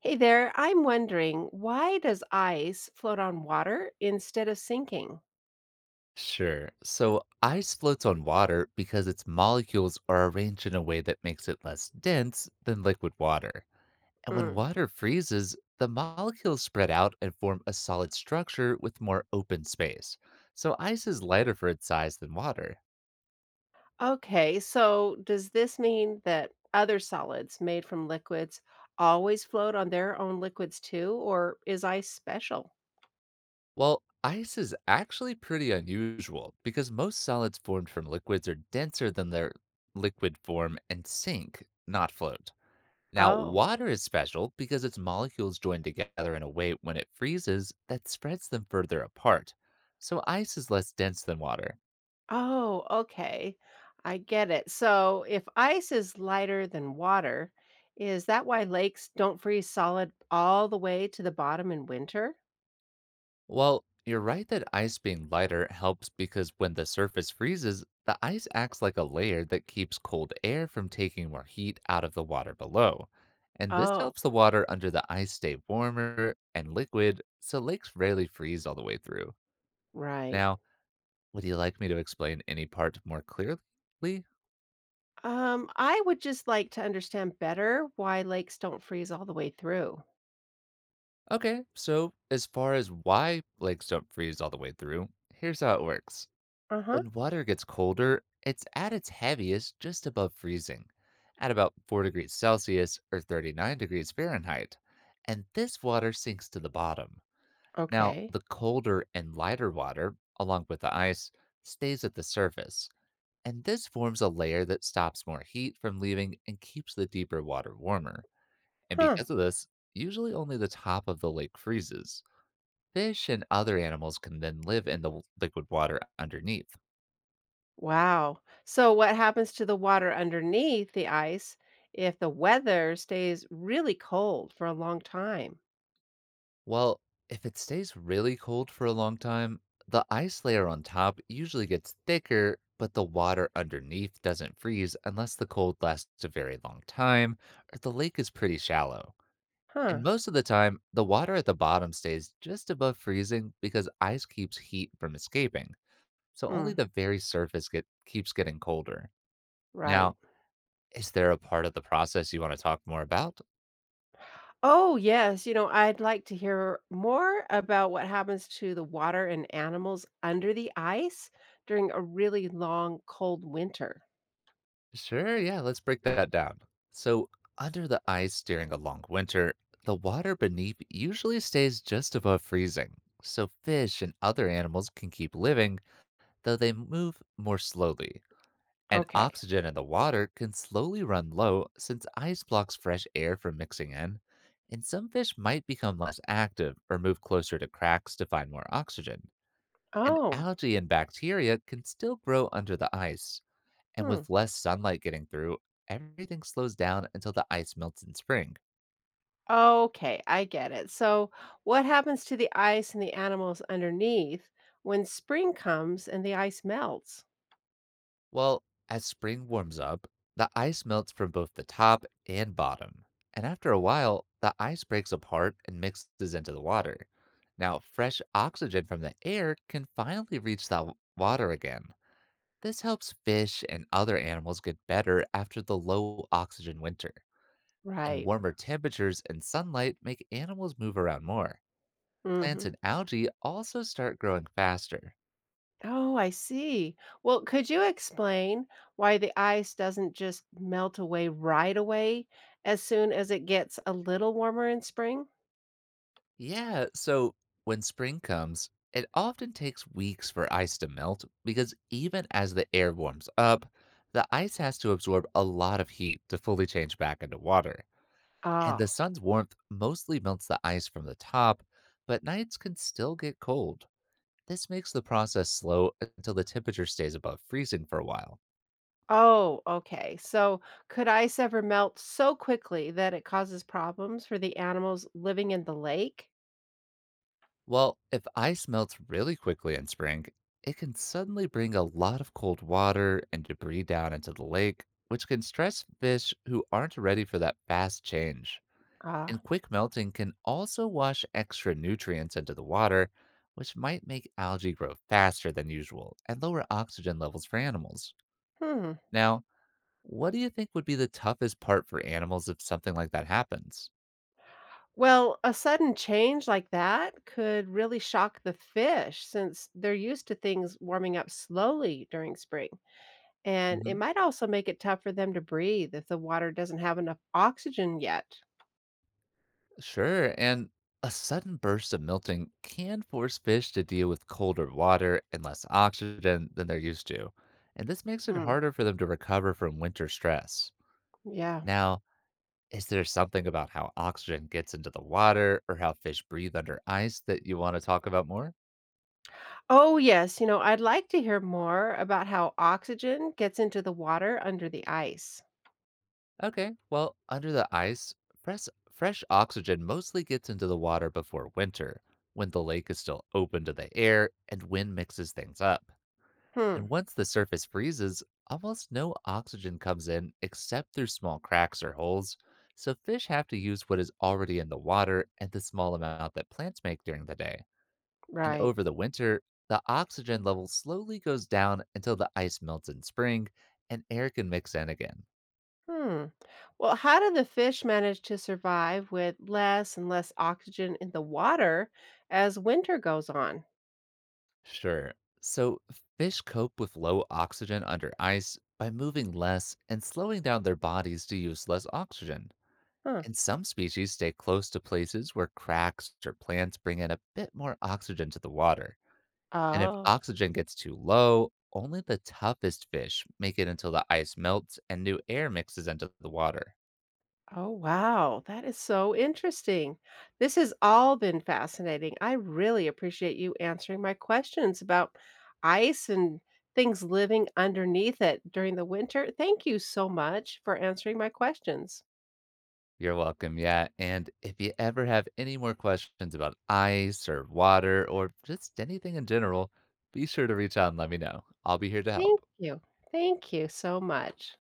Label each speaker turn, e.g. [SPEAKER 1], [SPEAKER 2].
[SPEAKER 1] Hey there, I'm wondering, why does ice float on water instead of sinking?
[SPEAKER 2] Sure. So ice floats on water because its molecules are arranged in a way that makes it less dense than liquid water. And when
[SPEAKER 1] Mm.
[SPEAKER 2] water freezes, the molecules spread out and form a solid structure with more open space. So ice is lighter for its size than water.
[SPEAKER 1] Okay, so does this mean that other solids made from liquids always float on their own liquids too, or is ice special?
[SPEAKER 2] Well, ice is actually pretty unusual because most solids formed from liquids are denser than their liquid form and sink, not float. Now,
[SPEAKER 1] Oh,
[SPEAKER 2] water is special because its molecules join together in a way when it freezes that spreads them further apart. So, ice is less dense than water.
[SPEAKER 1] oh, okay, I get it. So if ice is lighter than water, is that why lakes don't freeze solid all the way to the bottom in winter?
[SPEAKER 2] Well, you're right that ice being lighter helps because when the surface freezes, the ice acts like a layer that keeps cold air from taking more heat out of the water below. And this
[SPEAKER 1] Oh,
[SPEAKER 2] helps the water under the ice stay warmer and liquid, so lakes rarely freeze all the way through.
[SPEAKER 1] right.
[SPEAKER 2] Now, would you like me to explain any part more clearly?
[SPEAKER 1] I would just like to understand better why lakes don't freeze all the way through.
[SPEAKER 2] Okay, so as far as why lakes don't freeze all the way through, here's how it works.
[SPEAKER 1] Uh-huh.
[SPEAKER 2] When water gets colder, it's at its heaviest just above freezing, at about 4 degrees Celsius or 39 degrees Fahrenheit, and this water sinks to the bottom. Now,
[SPEAKER 1] Okay.
[SPEAKER 2] the colder and lighter water, along with the ice, stays at the surface, and this forms a layer that stops more heat from leaving and keeps the deeper water warmer. And
[SPEAKER 1] Huh.
[SPEAKER 2] because of this, usually only the top of the lake freezes. Fish and other animals can then live in the liquid water underneath.
[SPEAKER 1] Wow. So what happens to the water underneath the ice if the weather stays really cold for a long time?
[SPEAKER 2] Well, if it stays really cold for a long time, the ice layer on top usually gets thicker, but the water underneath doesn't freeze unless the cold lasts a very long time or the lake is pretty shallow. And
[SPEAKER 1] Huh.
[SPEAKER 2] most of the time, the water at the bottom stays just above freezing because ice keeps heat from escaping. So only
[SPEAKER 1] Hmm.
[SPEAKER 2] the very surface keeps getting colder.
[SPEAKER 1] Right.
[SPEAKER 2] Now, is there a part of the process you want to talk more about?
[SPEAKER 1] Oh, yes. I'd like to hear more about what happens to the water and animals under the ice during a really long, cold winter.
[SPEAKER 2] Sure, yeah, let's break that down. So, under the ice during a long winter, the water beneath usually stays just above freezing, so fish and other animals can keep living, though they move more slowly. And
[SPEAKER 1] Okay.
[SPEAKER 2] oxygen in the water can slowly run low since ice blocks fresh air from mixing in, and some fish might become less active or move closer to cracks to find more oxygen. And
[SPEAKER 1] Oh.
[SPEAKER 2] algae and bacteria can still grow under the ice, and
[SPEAKER 1] Hmm.
[SPEAKER 2] with less sunlight getting through, everything slows down until the ice melts in spring.
[SPEAKER 1] Okay, I get it. So, what happens to the ice and the animals underneath when spring comes and the ice melts?
[SPEAKER 2] Well, as spring warms up, the ice melts from both the top and bottom. And after a while, the ice breaks apart and mixes into the water. Now, fresh oxygen from the air can finally reach that water again. This helps fish and other animals get better after the low oxygen winter. And
[SPEAKER 1] Right.
[SPEAKER 2] warmer temperatures and sunlight make animals move around more. Plants
[SPEAKER 1] Hmm.
[SPEAKER 2] and algae also start growing faster.
[SPEAKER 1] Oh, I see. Well, could you explain why the ice doesn't just melt away right away as soon as it gets a little warmer in spring?
[SPEAKER 2] Yeah, so when spring comes, it often takes weeks for ice to melt because even as the air warms up, the ice has to absorb a lot of heat to fully change back into water. And
[SPEAKER 1] Oh,
[SPEAKER 2] the sun's warmth mostly melts the ice from the top, but nights can still get cold. This makes the process slow until the temperature stays above freezing for a while.
[SPEAKER 1] oh, okay. So, could ice ever melt so quickly that it causes problems for the animals living in the lake?
[SPEAKER 2] Well, if ice melts really quickly in spring, it can suddenly bring a lot of cold water and debris down into the lake, which can stress fish who aren't ready for that fast change.
[SPEAKER 1] Ah,
[SPEAKER 2] And quick melting can also wash extra nutrients into the water, which might make algae grow faster than usual and lower oxygen levels for animals.
[SPEAKER 1] hmm.
[SPEAKER 2] Now, what do you think would be the toughest part for animals if something like that happens?
[SPEAKER 1] Well, a sudden change like that could really shock the fish since they're used to things warming up slowly during spring. And it
[SPEAKER 2] Mm-hmm.
[SPEAKER 1] might also make it tough for them to breathe if the water doesn't have enough oxygen yet.
[SPEAKER 2] Sure. And a sudden burst of melting can force fish to deal with colder water and less oxygen than they're used to. And this makes it
[SPEAKER 1] Hmm.
[SPEAKER 2] harder for them to recover from winter stress.
[SPEAKER 1] Yeah.
[SPEAKER 2] Now, is there something about how oxygen gets into the water or how fish breathe under ice that you want to talk about more?
[SPEAKER 1] Oh, yes. I'd like to hear more about how oxygen gets into the water under the ice.
[SPEAKER 2] Okay, well, under the ice, fresh, fresh oxygen mostly gets into the water before winter, when the lake is still open to the air and wind mixes things up.
[SPEAKER 1] Hmm.
[SPEAKER 2] And once the surface freezes, almost no oxygen comes in except through small cracks or holes, so fish have to use what is already in the water and the small amount that plants make during the day. And
[SPEAKER 1] Right.
[SPEAKER 2] over the winter, the oxygen level slowly goes down until the ice melts in spring and air can mix in again.
[SPEAKER 1] Hmm. Well, how do the fish manage to survive with less and less oxygen in the water as winter goes on?
[SPEAKER 2] Sure. So fish cope with low oxygen under ice by moving less and slowing down their bodies to use less oxygen.
[SPEAKER 1] Huh.
[SPEAKER 2] And some species stay close to places where cracks or plants bring in a bit more oxygen to the water. And if
[SPEAKER 1] Oh.
[SPEAKER 2] oxygen gets too low, only the toughest fish make it until the ice melts and new air mixes into the water.
[SPEAKER 1] Oh, wow. That is so interesting. This has all been fascinating. I really appreciate you answering my questions about ice and things living underneath it during the winter. Thank you so much for answering my questions.
[SPEAKER 2] You're welcome, yeah. And if you ever have any more questions about ice or water or just anything in general, be sure to reach out and let me know. I'll be here to
[SPEAKER 1] Thank
[SPEAKER 2] help.
[SPEAKER 1] you. Thank you so much.